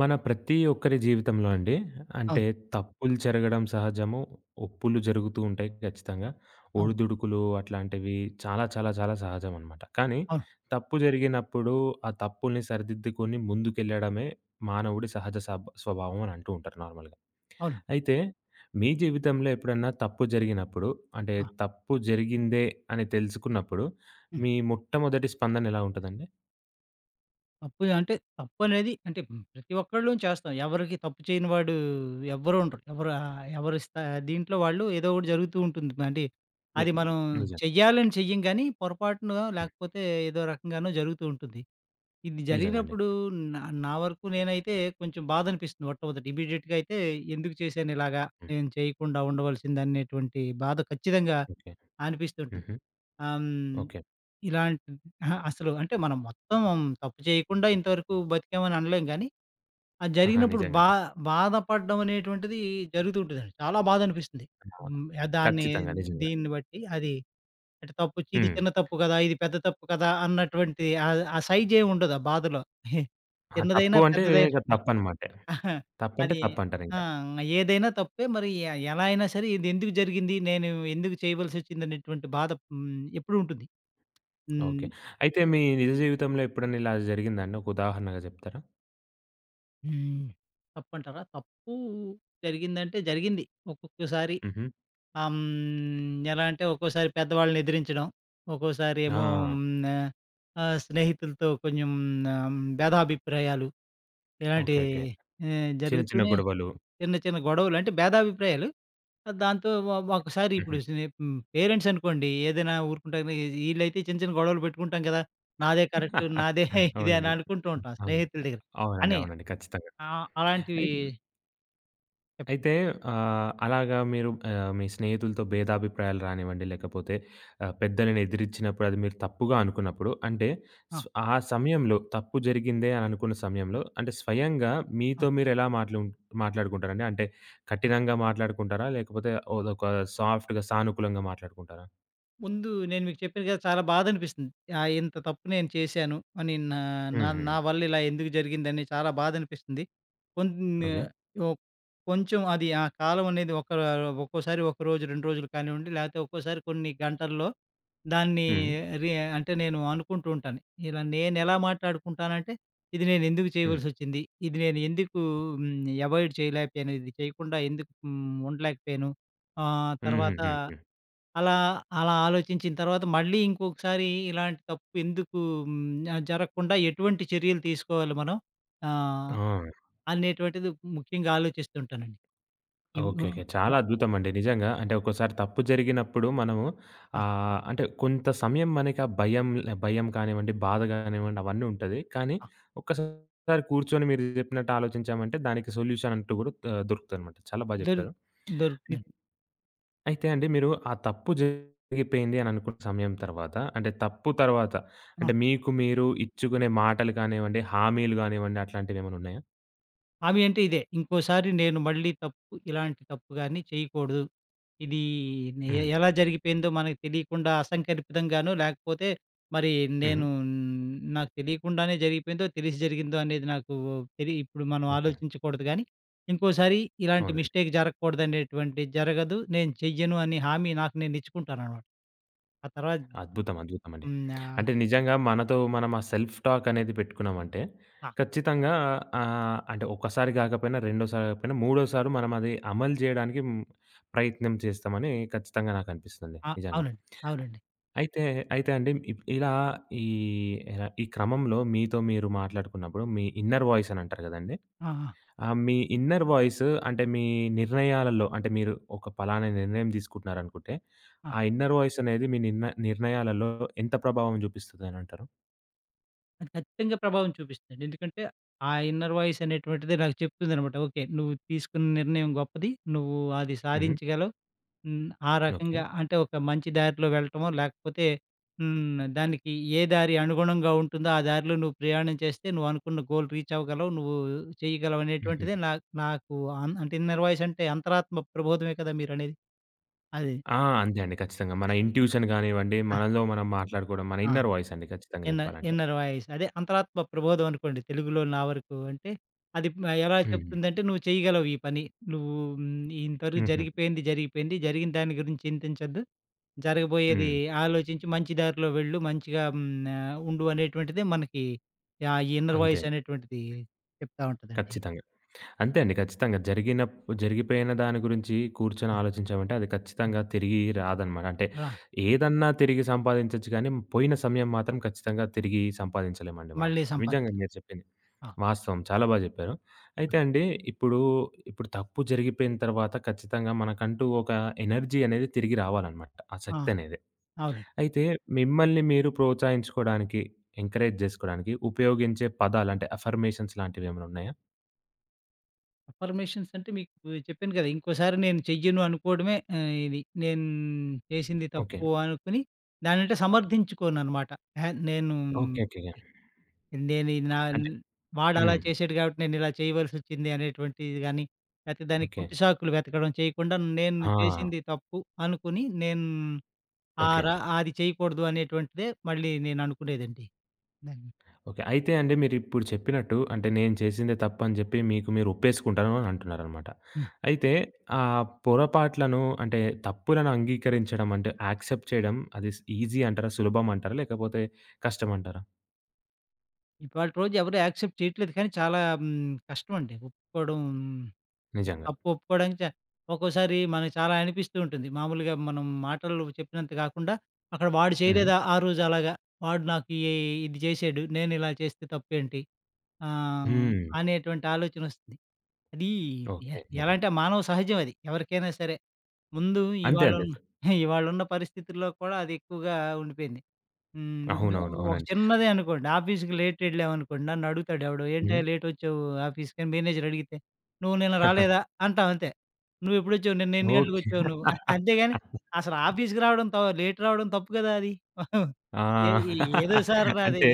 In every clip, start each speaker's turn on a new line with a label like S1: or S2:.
S1: మన ప్రతి ఒక్కరి జీవితంలో అండి అంటే
S2: అవును.
S1: తప్పులు జరగడం సహజము. ఒప్పులు జరుగుతూ ఉంటాయి ఖచ్చితంగా.
S2: అవును.
S1: ఒడిదుడుకులు అట్లాంటివి చాలా చాలా చాలా సహజమనమాట. కానీ
S2: అవును.
S1: తప్పు జరిగినప్పుడు ఆ తప్పుల్ని సరిదిద్దుకొని ముందుకెళ్ళడమే మానవుడి సహజ స్వభావం అని అంటూ ఉంటారు నార్మల్‌గా.
S2: అవునండి.
S1: అయితే మీ జీవితంలో ఎప్పుడన్నా తప్పు జరిగినప్పుడు అంటే
S2: ఆ!
S1: తప్పు జరిగిందే అని తెలుసుకున్నప్పుడు
S2: హ్మ్.
S1: మీ మొట్టమొదటి స్పందన ఎలా ఉంటదండి?
S2: తప్పు అంటే తప్పనేది అంటే ప్రతి ఒక్కళ్ళు చేస్తాం. ఎవరికి తప్పు చేయని వాడు ఎవ్వరు ఉండరు. ఎవరు ఎవరి స్థా దీంట్లో వాళ్ళు ఏదో ఒకటి జరుగుతూ ఉంటుంది. అంటే
S1: ని
S2: అది మనం
S1: నిజం.
S2: చెయ్యాలని చెయ్యం గానీ, పొరపాటున
S1: హ్మ్.
S2: లేకపోతే ఏదో రకంగానో జరుగుతూ ఉంటుంది. ఇది
S1: నిజంగండి.
S2: జరిగినప్పుడు నా నా వరకు నేనైతే కొంచెం బాధనిపిస్తుంది మొట్టమొదట. ఇమ్మీడియేట్‌గా అయితే ఎందుకు చేశాను ఇలాగా?
S1: హ్మ్.
S2: నేను చేయకుండా ఉండవలసింది అనేటువంటి బాధ ఖచ్చితంగా
S1: ఓకే.
S2: అనిపిస్తుంటుంది.
S1: హుహు.
S2: ఆహ్, హ్మ్.
S1: ఓకే.
S2: ఇలాంటి అహా! అసలు అంటే మనం మొత్తం తప్పు చేయకుండా ఇంతవరకు బతికామని అనలేం గానీ, అది
S1: ఆహా!
S2: జరిగినప్పుడు
S1: నిజంగానే.
S2: బాధపడడం అనేటువంటిది జరుగుతూ ఉంటదండి. చాలా బాధనిపిస్తుంది.
S1: ఆ!
S2: హ్మ్.
S1: ఖచ్చితంగా. నిజంగా.
S2: దీన్ని బట్టి అది అంటే తప్పు చ ఇది
S1: హ్మ్.
S2: చిన్న తప్పు కదా! ఇది పెద్ద తప్పు కదా! అన్నటువంటి ఆ ఆ సైజ్ ఏమి ఉండదు ఆ బాధలో.
S1: ఆ!
S2: చిన్నదైనా,
S1: తప్పు అంటే
S2: పెద్దదైనా
S1: ఇక తప్పనమాటే. తప్పంటే
S2: అది
S1: తప్పంటారింక.
S2: ఆ! ఏదైనా తప్పే మరి ఎలా అయినా సరే ఇది ఎందుకు జరిగింది? నేను ఎందుకు చేయవలసొచ్చింది? అనేటువంటి బాధ ఎప్పుడూ ఉంటుంది. హ్మ్.
S1: ఓకే. అయితే మీ నిజ జీవితంలో ఎప్పుడన్నా ఇలా జరిగిందా అండి? ఒక ఉదాహరణగా చెప్తారా?
S2: హ్మ్. తప్పంటారా? తప్పు జరిగిందంటే జరిగింది. ఒక్కొక్కసారి
S1: హుహు.
S2: ఆహ్, హ్మ్. ఎలా అంటే ఒక్కోసారి పెద్దవాళ్ళని ఎదిరించడం, ఒక్కోసారి ఏమో
S1: ఆ!
S2: హ్మ్. స్నేహితులతో కొంచెం భేదాభిప్రాయాలు ఇలాంటి
S1: ఓకే. ఓకే. చిన్న చిన్న
S2: జరుగుతూనే
S1: గొడవలు.
S2: చిన్న చిన్న గొడవలు అంటే భేదాభిప్రాయాలు. ఆ, దాంతో ఒకసారి ఇప్పుడు
S1: హుహు.
S2: హ్మ్. పేరెంట్స్ అనుకోండి ఏదైనా ఊరుకుంటారు కానీ వీళ్ళైతే చిన్న చిన్న గొడవలు పెట్టుకుంటాం కదా! నాదే కరెక్ట్, నాదే ఇది అని
S1: అవునండి.
S2: అనుకుంటూ ఉంటాం
S1: అవును.
S2: స్నేహితుల దగ్గర.
S1: అవునండి.
S2: అని
S1: అవునండి. ఖచ్చితంగా.
S2: అలాంటివి
S1: అయి
S2: చెప్పండి.
S1: అయితే అలాగా మీరు మీ స్నేహితులతో భేదాభిప్రాయాలు రానివ్వండి, లేకపోతే పెద్దలని ఎదిరించినప్పుడు అది మీరు తప్పుగా అనుకున్నప్పుడు అంటే
S2: ఆ!
S1: ఆ సమయంలో తప్పు జరిగిందే అని అనుకున్న సమయంలో అంటే స్వయంగా
S2: ఆ!
S1: మీతో మీరు ఎలా మాట్లాడుకుంటారండి? అంటే
S2: ఆ!
S1: కఠినంగా మాట్లాడుకుంటారా? లేకపోతే అదొక సాఫ్ట్‌గా సానుకూలంగా మాట్లాడుకుంటారా?
S2: ముందు నేను మీకు చెప్పాను కదా! చాలా బాధనిపిస్తుంది. ఇంత తప్పు నేను చేశాను అని నా నా
S1: హ్మ్. హ్మ్.
S2: నా వల్ల ఇలా ఎందుకు జరిగిందని చాలా బాధనిపిస్తుంది. కొన్ని
S1: ఓకే.
S2: ఓ కొంచెం అది ఆ కాలం అనేది ఒక ఒక్కోసారి ఒక రోజు, 2 రోజులు కానివ్వండి, లేకపోతే ఒక్కోసారి కొన్ని గంటల్లో దాన్ని
S1: హ్మ్.
S2: రి అంటే నేను అనుకుంటూ ఉంటాను. ఇలా నేనెలా మాట్లాడుకుంటానంటే, ఇది నేను ఎందుకు
S1: హ్మ్.
S2: చేయవలసొచ్చింది? ఇది నేను ఎందుకు అవాయిడ్ చేయలేకపోయాను? ఇది చేయకుండా ఎందుకు ఉండలేకపోయాను?
S1: హ్మ్. హ్మ్.
S2: తర్వాత
S1: హ్మ్. హ్మ్.
S2: అలా, అలా ఆలోచించిన తర్వాత మళ్ళీ ఇంకొకసారి ఇలాంటి తప్పు ఎందుకు జరగకుండా ఎటువంటి చర్యలు తీసుకోవాలి మనం ఆహ్,
S1: ఆ!
S2: అనేటువంటిది ముఖ్యంగా ఆలోచిస్తుంటానండి. ఇవ్ వ
S1: ఓకే. ఓకే.
S2: వ
S1: చాలా అద్భుతమండి. నిజంగా అంటే ఒక్కోసారి తప్పు జరిగినప్పుడు మనము
S2: ఆ!
S1: అంటే కొంత సమయం మనకి ఆ భయం, భయం కానివ్వండి, బాధ కానివ్వండి అవన్నీ ఉంటది. కానీ
S2: ఆ!
S1: ఒక్కసారి కూర్చొని మీరు చెప్పినట్టు ఆలోచించామంటే దానికి సొల్యూషన్ అంటూ కూడా దొరుకుతదనమాట. చాలా బా
S2: దొరు
S1: చెప్పారు. అయి
S2: దొరుకుతుందండి.
S1: అయితే అండి మీరు ఆ తప్పు జరిగిపోయింది అని అనుకున్న సమయం తర్వాత అంటే తప్పు తర్వాత అంటే మీకు మీరు ఇచ్చుకునే మాటలు కానివ్వండి, హామీలు కానివ్వండి అట్లాంటివేమన్నా ఉన్నాయా?
S2: హామీ అంటే ఇదే. ఇంకోసారి నేను మళ్ళీ ఇలాంటి తప్పు గాని చేయకూడదు. ఇది నే
S1: హ్మ్.
S2: ఎలా జరిగిపోయిందో మనకు తెలియకుండా అసంకల్పితంగానో, లేకపోతే మరి
S1: హ్మ్.
S2: నేను నాకు తెలియకుండానే జరిగిపోయిందో, తెలిసి జరిగిందో అనేది నాకు ఇప్పుడు మనం
S1: ఓకే.
S2: ఆలోచించకూడదు గానీ, ఇంకోసారి ఇలాంటి
S1: అవునండి.
S2: మిస్టేక్ జరగకూడదనేటువంటి జరగదు. నేను చెయ్యను అనే హామీ నాకు నేను ఇచ్చుకుంటాననమాట. ఆ తర్వాత
S1: అద్భుతం. అద్భుతమండి.
S2: హ్మ్.
S1: అంటే నిజంగా మనతో మనం ఆ సెల్ఫ్ టాక్ అనేది పెట్టుకున్నామంటే,
S2: ఆహ్,
S1: ఖచ్చితంగా అంటే ఒక్కసారి కాకపోయినా, రెండోసారి కాకపోయినా, మూడోసారి మనం అది అమలు చేయడానికి ప్రయత్నం చేస్తామని ఖచ్చితంగా నాకనిపిస్తుంది
S2: ఆ! ఆ!
S1: నిజంగా.
S2: అవునండి. అవునండి.
S1: అయితే, అయితే అండి ఇప్ ఇలా ఈ, ఎలా- ఈ క్రమంలో మీతో మీరు మాట్లాడుకున్నప్పుడు మీ ఇన్నర్ వాయిస్ అని అంటారు కదండీ!
S2: ఆ! ఆ!
S1: ఆ! మీ ఇన్నర్ వాయిస్ అంటే మీ నిర్ణయాలలో అంటే మీరు ఒక పలానా నిర్ణయం తీసుకుంటున్నారనుకుంటే,
S2: ఆ!
S1: ఆ ఇన్నర్ వాయిస్ అనేది మీ నిర్ణయాలలో ఎంత ప్రభావం చూపిస్తదనంటారు?
S2: అది ఖచ్చితంగా ప్రభావం చూపిస్తుందండి. ఎందుకంటే, ఆ ఇన్నర్ వాయిస్ అనేటువంటిది నాకు చెప్తుందనమాట. ఓకే. నువ్వు తీసుకున్న నిర్ణయం గొప్పది. నువ్వు అది
S1: హ్మ్.
S2: సాధించగలవు. హ్మ్. ఆ
S1: ఓకే.
S2: రకంగా అంటే ఒక మంచి దారిలో వెళ్ళటమో, లేకపోతే హ్మ్. దానికి ఏ దారి అనుగుణంగా ఉంటుందో, ఆ దారిలో నువ్వు ప్రయాణం చేస్తే నువ్వు అనుకున్న గోల్ రీచ్ అవ్వగలవు. నువ్వు చేయగలవు
S1: హుహు.
S2: అనేటువంటిదే నాకు అంటే ఇన్నర్ వాయిస్ అంటే అంతరాత్మ ప్రబోధమే కదా మీరనేది. అది.
S1: ఆ! అంతే అండి. ఖచ్చితంగా. మన ఇంట్యూషన్ గానివ్వండి,
S2: ఆ!
S1: మనలో మనం మాట్లాడుకోవడం, మన
S2: ఆ!
S1: ఇన్నర్ వాయిస్ అండి ఖచ్చితంగా
S2: ఇన్న
S1: చెప్పాలంటే.
S2: Inner voice. అదే అంతరాత్మ ప్రబోధం అనుకోండి తెలుగులో నా వరకు. అంటే అది ఎలా
S1: హ్మ్.
S2: చెప్తుందంటే "నువ్వు చేయగలవు ఈ పని. నువ్వు ఇంతవరకు
S1: హుహు.
S2: జరిగిపోయింది జరిగిపోయింది. జరిగిన దాని గురించి చింతించొద్దు. జరగబోయేది
S1: హ్మ్.
S2: ఆలోచించి మంచి దారిలో వెళ్ళు. మంచిగా ఉండు" అనేటువంటిదే మనకి ఈ ఇన్నర్
S1: అంతే.
S2: వాయిస్ అనేటువంటిది చెప్తా ఉంటదండి.
S1: ఖచ్చితంగా. అంతే అండి. ఖచ్చితంగా. జరిగిపోయిన దాని గురించి కూర్చొని
S2: హ్మ్.
S1: ఆలోచించామంటే అది
S2: హ్మ్.
S1: ఖచ్చితంగా తిరిగి రాదనమాట. అంటే
S2: రా
S1: ఏదన్నా తిరిగి సంపాదించొచ్చు కానీ పోయిన సమయం మాత్రం ఖచ్చితంగా తిరిగి సంపాదించలేమండి మనం.
S2: మళ్ళీ
S1: నిజంగా
S2: సంపాదించు.
S1: మీరు చెప్పింది.
S2: ఆ!
S1: వాస్తవం. చాలా బా జెప్పారు. అయితే అండి ఇప్పుడు, ఇప్పుడు తప్పు జరిగిపోయిన తర్వాత ఖచ్చితంగా మనకంటూ ఒక ఎనర్జీ అనేది తిరిగి రావాలనమాట. ఆ
S2: ఆ!
S1: శక్తి అనేది.
S2: అవునండి.
S1: అయితే మిమ్మల్ని మీరు ప్రోత్సహించుకోవడానికి, ఎంకరేజ్ జేసుకోవడానికి ఉపయోగించే పదాలు అంటే అఫర్మేషన్స్ లాంటివి ఏమైనా ఉన్నాయా?
S2: అఫర్మేషన్స్ అంటే మీకు చెప్పాను కదా! ఇంకోసారి నేను చెయ్యను అనుకోవడమే ఇది. నేను చేసింది
S1: ఓకే.
S2: తప్పు అనుకుని దాన్నంటే సమర్థించుకోననమాట. అహా! నేను
S1: ఓకే. ఓకే. ఓకే.
S2: నేను ఇది
S1: అంటే
S2: వాడలా
S1: హ్మ్.
S2: చేసాడు కాబట్టి నేనిలా చేయవలసొచ్చింది అనేటువంటిది గాని, లేతే దానికి
S1: ఓకే.
S2: కుంటి సాకులు వెతకడం చేయకుండా నేను
S1: ఆ!
S2: చేసింది తప్పు అనుకుని నేను ఆ
S1: ఓకే.
S2: ర అది చేయకూడదు అనేటువంటిదే మళ్ళీ నేననుకునేదండి. దాన్ని.
S1: ఓకే. అయితే అండి మీరిప్పుడు చెప్పినట్టు అంటే నేను చేసిందే తప్పని చెప్పి మీకు మీరు ఒప్పేసుకుంటాను అని అంటున్నారనమాట.
S2: హ్మ్.
S1: అయితే ఆ పొరపాట్లను అంటే తప్పులను అంగీకరించడం అంటే యాక్సెప్ట్ చేయడం అది ఈజీ అంటారా? సులభం అంటారా? లేకపోతే కష్టం అంటారా?
S2: ఇవాల్టి రోజు ఎవరు యాక్సెప్ట్ చేయట్లేదు కానీ చాలా కష్టమండి ఒప్పుకోవడం అంటే
S1: నిజంగా.
S2: తప్పు ఒప్పుకోవడానికి ఒక్కోసారి మనకు చాలా అనిపిస్తూ ఉంటుంది. మామూలుగా మనం మాటల్లో చెప్పినంత కాకుండా, అక్కడ వాడు
S1: హ్మ్.
S2: చేయలేదా ఆ రోజు అలాగా, వాడు నాకు ఇది చేశాడు. నేను ఇలా చేస్తే తప్పేంటి? ఆహ్, హ్మ్.
S1: హ్మ్.
S2: అనేటువంటి ఆలోచనొస్తుంది. అది ఎ
S1: ఓకే. ఓకే.
S2: ఎలా అంటే మానవ సహజం అది. ఎవరికైనా సరే. ముందు
S1: అంతే అంతే.
S2: ఇవాళున్న ఇవాళున్న పరిస్థితుల్లో కూడా అది ఎక్కువగా ఉండిపోయింది. హ్మ్. ఇప్పుడు
S1: అవునవును.
S2: ఒక
S1: అవునండి.
S2: చిన్నదే అనుకోండి. ఆఫీస్‌కి లేట్ ఎళ్ళామనుకోండి. నన్నడుగుతాడు ఎవడో,
S1: హ్మ్.
S2: "ఏంటయ్యా లేటొచ్చావు ఆఫీస్‌కని" మేనేజర్ అడిగితే, "నువ్వు నిన్న రాలేదా?" అంటాం అంతే. "నువ్వెప్పుడొచ్చావు? నిన్న ఎన్ని
S1: ఓకే.
S2: గంటలకొచ్చావు నువ్వు?" అంతేగాని అసలు ఆఫీస్‌కి రావడం లేట్ రావడం తప్పు కదా అది. ఏ
S1: ఆ!
S2: ఏ ఏదో సార్ నాది
S1: అంటే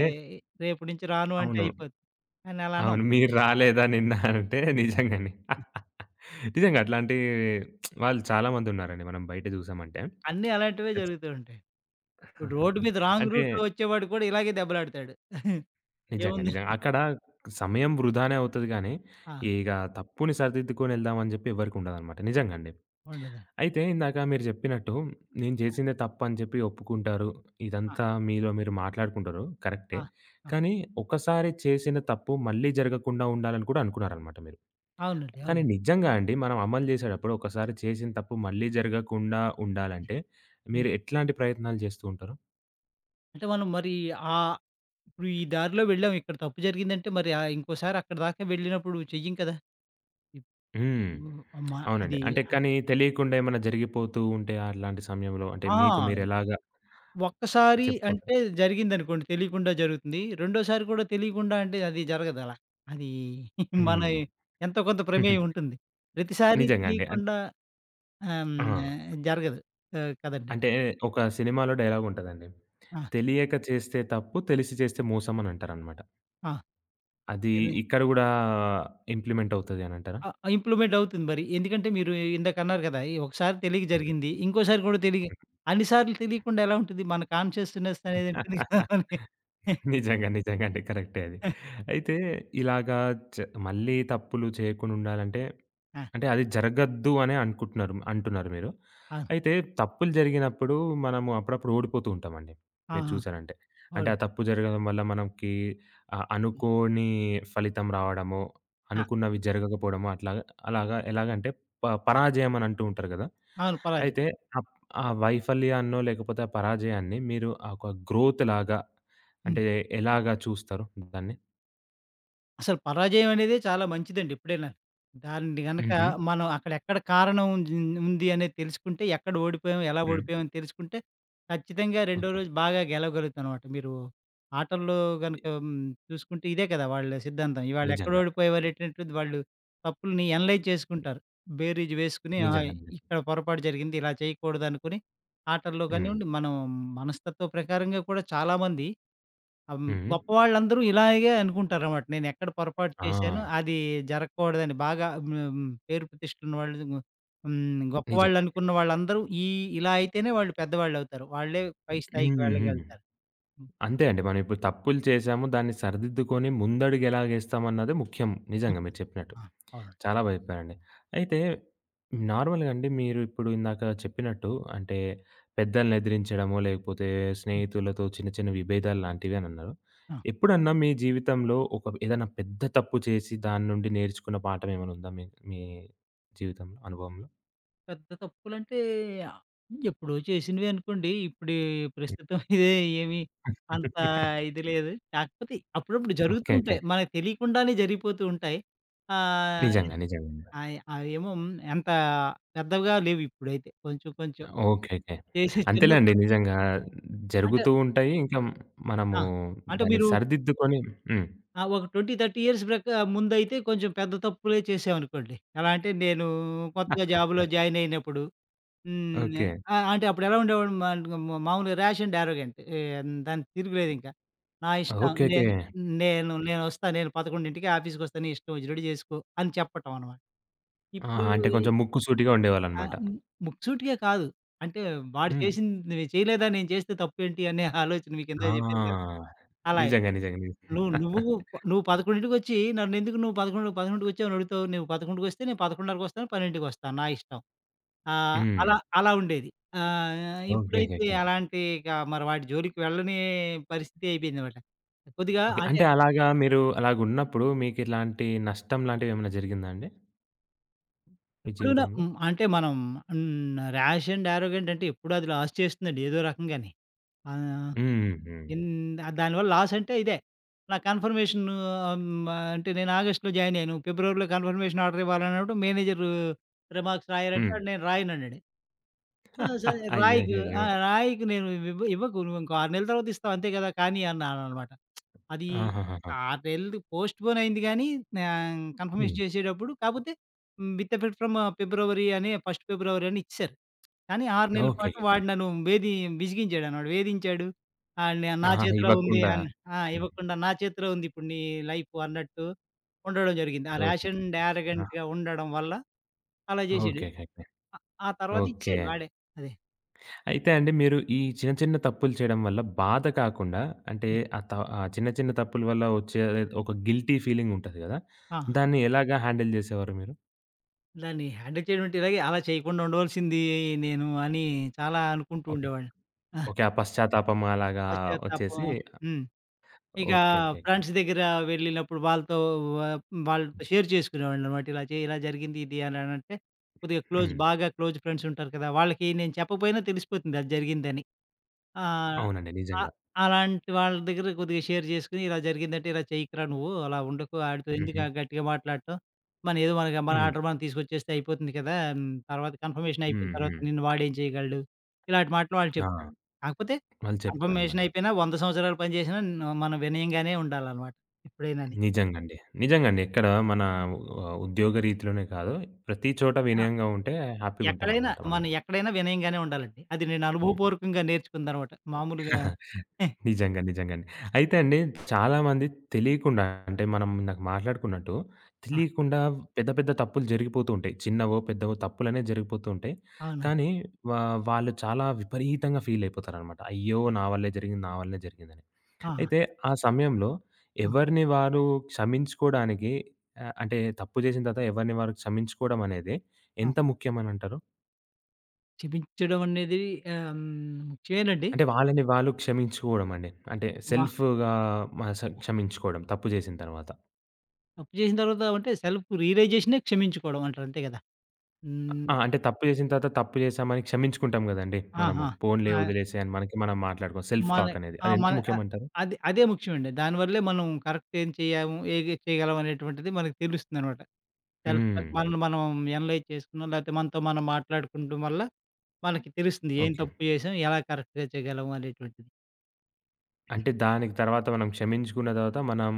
S2: రేపటి నుంచి రాను అంటే
S1: అవును.
S2: అయిపోద్ది. కానీ అలా అనం.
S1: అవును. మీరు రాలేదా నిన్న అంటే నిజంగానే. నిజంగా అట్లాంటి వాళ్ళు చాలా మందున్నారండి. మనం బయట జూసామంటే.
S2: అన్నీ అలాంటివే
S1: ఖచ్
S2: జరుగుతూ ఉంటాయి. ఇప్పుడు రోడ్డు మీద రాంగ్
S1: అంటే
S2: రూట్‌లో వచ్చేవాడు కూడా ఇలాగే దెబ్బలాడతాడు.
S1: నిజంగా,
S2: ఏముంది?
S1: నిజంగా. అక్కడ సమయం వృధానే అవుతది గానీ,
S2: ఆ!
S1: ఇగ తప్పుని సరిదిద్దుకొనెళ్దామని జెప్పి ఎవ్వరికుండదనమాట.
S2: ఉ
S1: నిజంగా అండి.
S2: ఉండదండి.
S1: అయితే ఇందాక మీరు జెప్పినట్టు నేను జేసిందే తప్పని చెప్పి ఒప్పుకుంటారు.
S2: ఆ!
S1: ఇదంతా మీలో మీరు మాట్లాడుకుంటారు. కరెక్టే.
S2: ఆ! ఆ!
S1: కానీ ఒకసారి చేసిన తప్పు మళ్ళీ జరగకుండా ఉండాలని కూడా అనుకున్నారనమాట మీరు.
S2: అవునండి.
S1: కానీ
S2: అవును.
S1: నిజంగా అండి మనం అమలు చేసేటప్పుడు ఒకసారి చేసిన తప్పు మళ్ళీ జరగకుండా ఉండాలంటే
S2: హ్మ్.
S1: మీరు ఎట్లాంటి ప్రయత్నాలు చేస్తూ ఉంటారు?
S2: అంటే మనం మరి ఆహ్, ఇప్పుడు ఈ దారిలో వెళ్ళాం. ఇక్కడ తప్పు జరిగిందంటే మరి ఇంకోసారి అక్కడి దాకా వెళ్ళినప్పుడు చెయ్యం కదా! ఇప్పుడు
S1: హ్మ్.
S2: అమ్మా
S1: అవునండి.
S2: అది
S1: అంటే కానీ తెలియకుండా ఏమైనా జరిగిపోతూ ఉంటే అట్లాంటి సమయంలో అంటే
S2: ఆ!
S1: మీకు మీరు ఎలాగా
S2: ఒక్కసారి
S1: చెప్పుకుంటారు?
S2: అంటే జరిగిందనుకోండి తెలియకుండా జరుగుతుంది. రెండోసారి కూడా తెలియకుండా అంటే అది జరగదు అలా. అది మన
S1: హ్మ్.
S2: ఎంతో కొంత ప్రమేయం ఉంటుంది. ప్రతిసారి
S1: నిజంగా అండి.
S2: తెలియకుండా ఆహ్,
S1: ఆ!
S2: హ్మ్. జరగదు. కదండీ!
S1: అంటే ఒక సినిమాలో డైలాగ్ ఉంటదండి.
S2: ఆ!
S1: "తెలియక చేస్తే తప్పు, తెలిసి చేస్తే మోసం" అని అంటారనమాట.
S2: ఆ!
S1: అది
S2: తెలి
S1: ఇక్కడ గూడా ఇంప్లిమెంట్ అవుతది అనంటారా?
S2: ఆ! ఇంప్లిమెంట్ అవుతుంది మరి. ఎందుకంటే మీరు ఇందాకన్నారు కదా! ఈ ఒకసారి తెలియక జరిగింది. ఇంకోసారి కూడా తెలియక అన్ని సార్లు తెలియకుండా ఎలా ఉంటుంది? మన కాన్షియస్‌నెస్ అనేది ఉంటుంది కదా! మనకి.
S1: నిజంగా. నిజంగా అండి. కరెక్టే అది. అయితే ఇలాగా చ మళ్ళీ తప్పులు చేయకుండా ఉండాలంటే,
S2: ఆ!
S1: అంటే అది జరగద్దు అనే అనుకుంటున్నారు అంటున్నారు మీరు.
S2: అవును.
S1: అయితే తప్పులు జరిగినప్పుడు మనము అప్పుడప్పుడు ఓడిపోతూ ఉంటామండి.
S2: ఆ!
S1: మీరు
S2: ఆ!
S1: చూసారంటే. అంటే
S2: వాడు
S1: ఆ తప్పు జరగడం వల్ల మనకి అనుకోని ఫలితం రావడమో,
S2: ఆ!
S1: అనుకున్నవి జరగకపోవడమో అట్లాగా అలాగా ఎలాగంటే
S2: ఆ!
S1: పరాజయం అని అంటూ ఉంటారు గదా!
S2: అవును. పరాజయం.
S1: అయితే అప్ ఆ వైఫల్యాన్నో లేకపోతే ఆ పరాజయాన్ని మీరు ఒక గ్రోత్ లాగా అంటే ఎలాగా చూస్తారు దాన్ని?
S2: అసలు పరాజయం అనేదే చాలా మంచిదండి ఎప్పుడైనా. దాన్ని గనక
S1: హుహు.
S2: మనం అక్కడెక్కడ కారణం ఉంది ఉంది అనేది తెలుసుకుంటే, ఎక్కడ ఓడిపోయాం, ఎలా
S1: హ్మ్.
S2: ఓడిపోయాం అని తెలుసుకుంటే, ఖచ్చితంగా రెండో
S1: ఓకే.
S2: రోజు బాగా గెలవగలుగుతామనమాట. మీరు ఆటల్లో గనక చూసుకుంటే ఇదే కదా వాళ్ళ సిద్ధాంతం. ఇవాళ ఎక్కడ
S1: నిజంగా.
S2: ఓడిపోయేవారేటటువంటిది వాళ్ళు తప్పుల్ని అనలైజ్ చేసుకుంటారు. బేరీజు వేసుకొని, ఆహా!
S1: నిజంగా. నిజంగా.
S2: ఇక్కడ పొరపాటు జరిగింది, ఇలా చేయకూడదనుకుని ఆటల్లో
S1: హ్మ్.
S2: కానివ్వండి, మనం మనస్తత్వ ప్రకారంగా కూడా చాలామంది హ్మ్.
S1: హ్మ్.
S2: గొప్పవాళ్ళందరూ ఇలాగే అనుకుంటారనమాట. నేనెక్కడ పొరపాటు చేశానో
S1: ఆ!
S2: అది జరగకూడదని బాగా హ్మ్. పేరు ప్రతిష్టలున్న వాళ్ళు హ్మ్.
S1: నిజంగా.
S2: గొప్పవాళ్ళనుకున్న వాళ్ళందరూ ఇలా అయితేనే వాళ్ళు పెద్దవాళ్ళవుతారు. వాళ్ళే పై స్థాయికి
S1: హ్మ్. హ్మ్.
S2: వెళ్ళగలుగుతారు. హ్మ్.
S1: అంతే అండి. మనం ఇప్పుడు తప్పులు చేశాము. దాన్ని సరిదిద్దుకొని ముందడుగు ఎలాగేస్తామన్నదే ముఖ్యం.
S2: హ్మ్.
S1: నిజంగా మీరు చెప్పినట్టు.
S2: ఆ! అవునండి.
S1: చాలా భయపడానండి. అయితే నార్మల్‌గా అండి మీరు ఇప్పుడు ఇందాక చెప్పినట్టు అంటే పెద్దల్ని ఎదిరించడమో, లేకపోతే
S2: హ్మ్.
S1: స్నేహితులతో చిన్న చిన్న విభేదాలు లాంటివి అనన్నారు.
S2: ఆ!
S1: ఎప్పుడన్నా మీ జీవితంలో ఒక ఏదైనా పెద్ద తప్పు చేసి దాని నుండి నేర్చుకున్న పాఠం ఏమైనా ఉందా మీ మీ జీవితంలో, అనుభవంలో?
S2: పెద్ద తప్పులంటే ఆ, ఎప్పుడో చేసినవే అనుకోండి. ఇప్పుడు ప్రస్తుతం ఇదే ఏమి అంత ఇది లేదు. కాకపోతే అప్పుడప్పుడు జరుగుతూ
S1: ఓకే. ఓకే.
S2: ఉంటాయి. మనకు తెలియకుండానే జరిగిపోతూ ఉంటాయి. ఆహ్
S1: నిజంగా. నిజంగా.
S2: ఆయ్ అవేమో అంత పెద్దవిగా లేవు ఇప్పుడైతే. కొంచెం కొంచెం
S1: ఓకే. ఓకే.
S2: చేసి
S1: అంతేలేండి.
S2: చిన్నప్పుడు
S1: నిజంగా
S2: అంటే
S1: జరుగుతూ ఉంటాయి. ఇంకా మనము
S2: ఆ! అంటే
S1: దాన్ని
S2: మీరు
S1: సరిదిద్దుకొని హ్మ్.
S2: ఒక 20, 30 ఇయర్స్ ప్రకా ముందైతే కొంచెం పెద్ద తప్పులే చేశామనుకోండి. ఎలా అంటే నేను కొత్తగా జాబ్‌లో జాయిన్ అయినప్పుడు హ్మ్.
S1: ఓకే.
S2: అంటే అప్పుడెలా ఉండేవాడిని మా మా మామూలుగా ర్యాష్ అండ్ యారోగెంట్. ఏం దానికి తిరుగులేదింక. నా ఇష్టం.
S1: ఓకే. ఓకే.
S2: నేను నేను నేనొస్తా. నేను 11కి ఆఫీస్‌కొస్తా. నీ ఇష్టం వచ్చినట్టు చేసుకో అని చెప్పటం అనమాట.
S1: ఆహా!
S2: ఇప్పుడు
S1: అంటే
S2: ఈ
S1: కొంచెం ముక్కుసూటిగా
S2: ఆ!
S1: ఉండేవాళ్ళనమాట.
S2: హ్మ్. ముక్సూటిగా కాదు. అంటే వాడు
S1: హ్మ్.
S2: చేసింది చేయలేదా నేను చేస్తే తప్పేంటి అనే ఆలోచన మీకిందాక చెప్పాను కదా!
S1: ఆ!
S2: అలా
S1: నిజంగా. నిజంగా. నిజంగా.
S2: నువ్వు నువ్వు నువ్వు 11:00కొచ్చి నన్నెందుకు నువ్వు 11, 11:30కొచ్చావు అని అడుగుతావు? నువ్వు 11:00కొస్తే నేను 11:30కొస్తాను, 12:00కొస్తాను నా ఇష్టం.
S1: హ్మ్.
S2: అలా అలా ఉండేది.
S1: ఓకే. ఓకే.
S2: ఇప్పుడైతే
S1: ఓకే.
S2: అలాంటి ఇక మరి వాడి జోలికి వెళ్ళని పరిస్థితి అయిపోయిందనమాట. కొద్దిగా
S1: ఓకే.
S2: అంటే
S1: అంటే అలాగా మీరు అలాగున్నప్పుడు మీకిలాంటి నష్టం లాంటివేమైనా జరిగిందా అండి మీ
S2: ఎప్పుడూనా
S1: జీవితంలో?
S2: హ్మ్. అంటే మనం హ్మ్. ర్యాష్ అండ్ యారోగెంట్ అంటే ఎప్పుడూ అది లాస్ చేస్తుందండి ఏదో రకంగాని. ఆ!
S1: హ్మ్. హ్మ్.
S2: ఇన్ ఆ దానివల్ల లాస్ అంటే ఇదే. నా కన్ఫర్మేషన్ ఆహ్, హ్మ్. అంటే నేను ఆగస్ట్‌లో జాయిన్ అయ్యాను. ఫిబ్రవరిలో కన్ఫర్మేషన్ ఆర్డర్ ఇవ్వాలన్నప్పుడు మేనేజరు రిమార్క్స్ రాయరంటే
S1: హ్మ్.
S2: నేను రాయనన్నాడు. ఆ! సరే రాయకు ఆ!
S1: అయ్యయ్యయ్యో!
S2: రాయకు నేను ఇవ్వకు. నువ్వు ఇంకో 6 నెలల తర్వాత ఇస్తావు అంతే కదా! కానీ అన్నాననమాట. అది
S1: ఆహాహాహా!
S2: 6 నెలలు పోస్ట్‌పోన్ అయింది గానీ,
S1: హ్మ్.
S2: కన్ఫర్మేషన్ చేసేటప్పుడు కాపోతే విత్ ఎఫెక్ట్ ఫ్రమ్ ఫిబ్రవరి అని ఫస్ట్ ఫిబ్రవరి అని ఇచ్చేసారు. కానీ 6 ఓకే. నెలల
S1: ఓకే.
S2: పాటు
S1: ఓకే.
S2: వాడు నన్ను వేధి విసిగించాడన్నమాట. వేధించాడు. ఆహ్, నే నా
S1: ఆహా!
S2: చేతిలో ఉంది
S1: ఇవ్వకుండా.
S2: అని ఆ!
S1: హ్మ్.
S2: ఇవ్వకుండా నా చేతిలో ఉంది ఇప్పుడు నీ లైఫ్ అన్నట్టు ఉండడం జరిగింది. ఆ
S1: ఓకే.
S2: Rash and
S1: okay. ఆ!
S2: యారగెంట్‌గా ఉండడం వల్ల అలా చేసాడు.
S1: ఓకే. ఓకే. ఓకే.
S2: ఆ ఆ తర్వాత
S1: ఓకే.
S2: ఇచ్చేసాడు వాడే. అదే.
S1: అయితే అండి మీరు ఈ చిన్న, చిన్న తప్పులు చేయడం వల్ల బాధ కాకుండా అంటే
S2: హ్మ్.
S1: ఆ చిన్న, చిన్న తప్పుల వల్ల వచ్చే ఒక గిల్టీ ఫీలింగ్ ఉంటది గదా!
S2: ఆ!
S1: దాన్ని ఎలాగా హ్యాండిల్ జేసేవారు మీరు?
S2: దాన్ని హ్యాండిల్ చేయడం అంటే ఇలాగే అలా చేయకుండా ఉండవలసింది నేను అని చాలా అనుకుంటూ
S1: ఓకే.
S2: ఉండేవాడిని. ఆ!
S1: ఓకే. ఆ పశ్చాత్తాపం అలాగా
S2: పశ్చాత్తాపం
S1: వచ్చేసి
S2: హ్మ్. ఇక
S1: ఓకే. ఓకే. ఓకే.
S2: ఫ్రెండ్స్ దగ్గర వెళ్ళినప్పుడు వ వాళ్ళతో షేర్ చేసుకునేవాడినన్నమాట. ఇలా జరిగింది ఇది అని అనంటే, కొద్దిగా క్లోజ్
S1: హ్మ్.
S2: బాగా క్లోజ్ ఫ్రెండ్స్ ఉంటారు కదా! వాళ్ళకి నేను చెప్పకపోయినా తెలిసిపోతుంది అది జరిగిందని. ఆ!
S1: అవునండి.
S2: అ
S1: నిజంగా.
S2: అలాంటి వాళ్ళ దగ్గర కొద్దిగా షేర్ చేసుకొని, ఇలా జరిగిందంటే ఇలా చేయకురా నువ్వు, అలా ఉండకు ఆడితో ఎందుకు
S1: హుహు.
S2: ఆ గట్టిగా మాట్లాడటం. మన ఏదో మనకి మన
S1: హ్మ్.
S2: ఆర్డర్ మనం తీసుకొచ్చేస్తే అయిపోతుంది కదా! హ్మ్. తర్వాత కన్ఫర్మేషన్ అయిపోయిన
S1: హ్మ్.
S2: తర్వాత
S1: హ్మ్.
S2: నిన్ను వాడేం చేయగలడు. ఇలాంటి మాటలు వాళ్ళు
S1: ఆ!
S2: చెప్తారు. కాకపోతే
S1: వాళ్ళు
S2: కన్ఫర్మేషన్
S1: చెప్పేవన్నమాట.
S2: అయిపోయినా 100 సంవత్సరాలు పనిచేసినా న్ మనం వినయంగానే ఉండాలనమాట ఎప్పుడైనాని.
S1: నిజంగండి. నిజంగండి. ఎక్కడ మన ఉద్యోగ రీతిలోనే కాదు, ప్రతి చోట
S2: ఆ!
S1: వినయంగా ఉంటే
S2: ఎక్కడైనా
S1: హ్యాపీగుంటామన్నమాట మనం.
S2: మనం ఎక్కడైనా వినయంగానే ఉండాలండి. అది నేను అనుభవపూర్వకంగా నేర్చుకుందనమాట. మామూలుగా
S1: నిజంగా. నిజంగండి. అయితే అండి చాలామంది తెలియకుండా అంటే మనం ఇందాక మాట్లాడుకున్నట్టు
S2: ఆ!
S1: తెలియకుండా పెద్ద పెద్ద తప్పులు జరిగిపోతూ ఉంటాయి. చిన్నవో, పెద్దవో తప్పులనేవి జరిగిపోతూ ఉంటాయి.
S2: అవునండి.
S1: కానీ వా వాళ్ళు చాలా విపరీతంగా ఫీల్ అయిపోతారనమాట. అయ్యో! నా వల్లే జరిగింది, నా వల్లే జరిగిందని.
S2: ఆ!
S1: అయితే ఆ సమయంలో
S2: ఆ! ఆ!
S1: ఎవరిని వారు క్షమించుకోవడానికి అంటే తప్పు చేసిన తర్వాత ఎవరిని వారు క్షమించుకోవడం అనేది
S2: ఆ!
S1: ఎంత ముఖ్యమనంటారు?
S2: క్షమించడం అనేది ఆహ్, హ్మ్. ముఖ్యమేనండి.
S1: అంటే వాళ్ళని వాళ్ళు క్షమించుకోవడం అండి. అంటే
S2: మా
S1: సెల్ఫ్‌గా మ స క్షమించుకోవడం తప్పు చేసిన తర్వాత.
S2: తప్పు చేసిన తర్వాత అంటే సెల్ఫ్ రియలైజేషనే క్షమించుకోవడం అంటారు అంతే కదా! హ్మ్.
S1: ఆ! అంటే తప్పు చేసిన తర్వాత తప్పు చేశామని క్షమించుకుంటాం గదండీ మనము.
S2: ఆహా!
S1: పోన్లే
S2: ఆ!
S1: వదిలేసేయి అని మనకి మనం మాట్లాడుకోం. సెల్ఫ్
S2: మన
S1: టాక్ అనేది.
S2: ఆ!
S1: అది ఎంత
S2: మన
S1: ముఖ్యమంటారు?
S2: అదే ముఖ్యమండి. దానివల్లే మనం కరెక్ట్ ఏం చేయాము, ఏది చేయగలం అనేటువంటిది మనకు తెలుస్తుందనమాట.
S1: హ్మ్.
S2: సెల్ఫ్ మనల్ని మనం అనలైజ్ చేసుకున్నాం, లేకపోతే మనతో మనం మాట్లాడుకుంటం వల్ల మనకి తెలుస్తుంది. ఏం
S1: ఓకే.
S2: తప్పు చేసాం, ఎలా కరెక్ట్‌గా చేయగలం అనేటువంటిది.
S1: అంటే దానికి తర్వాత మనం క్షమించుకున్న తర్వాత మనం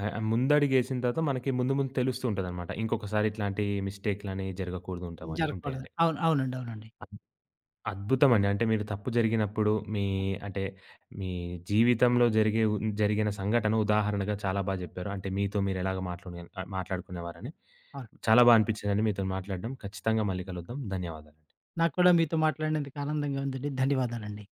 S1: ముందడుగేసిన తర్వాత మనకి ముందు ముందు తెలుస్తూ ఉంటదనమాట. ఇంకొకసారి ఇట్లాంటి మిస్టేక్‌లని జరగకూడదు
S2: జరగకూడదు.
S1: ఉంటాయని.
S2: అవును. అవునండి. అవునండి.
S1: అద్భుతమండి. అంటే మీరు తప్పు జరిగినప్పుడు మీ అంటే మీ జీవితంలో జరిగే ఉ జరిగిన సంఘటన ఉదాహరణగా చాలా బా జెప్పారు. అంటే మీతో మీరు ఎలాగ మాట్లాడుకునే మాట్లాడుకునేవారని.
S2: అవును.
S1: చాలా బా అనిపించిందండి మీతోని మాట్లాడడం. ఖచ్చితంగా మళ్ళీ కలుద్దాం. ధన్యవాదాలు.
S2: నాకు కూడా మీతో మాట్లాడినందుకు ఆనందంగా ఉందండి. ధన్యవాదాలండి.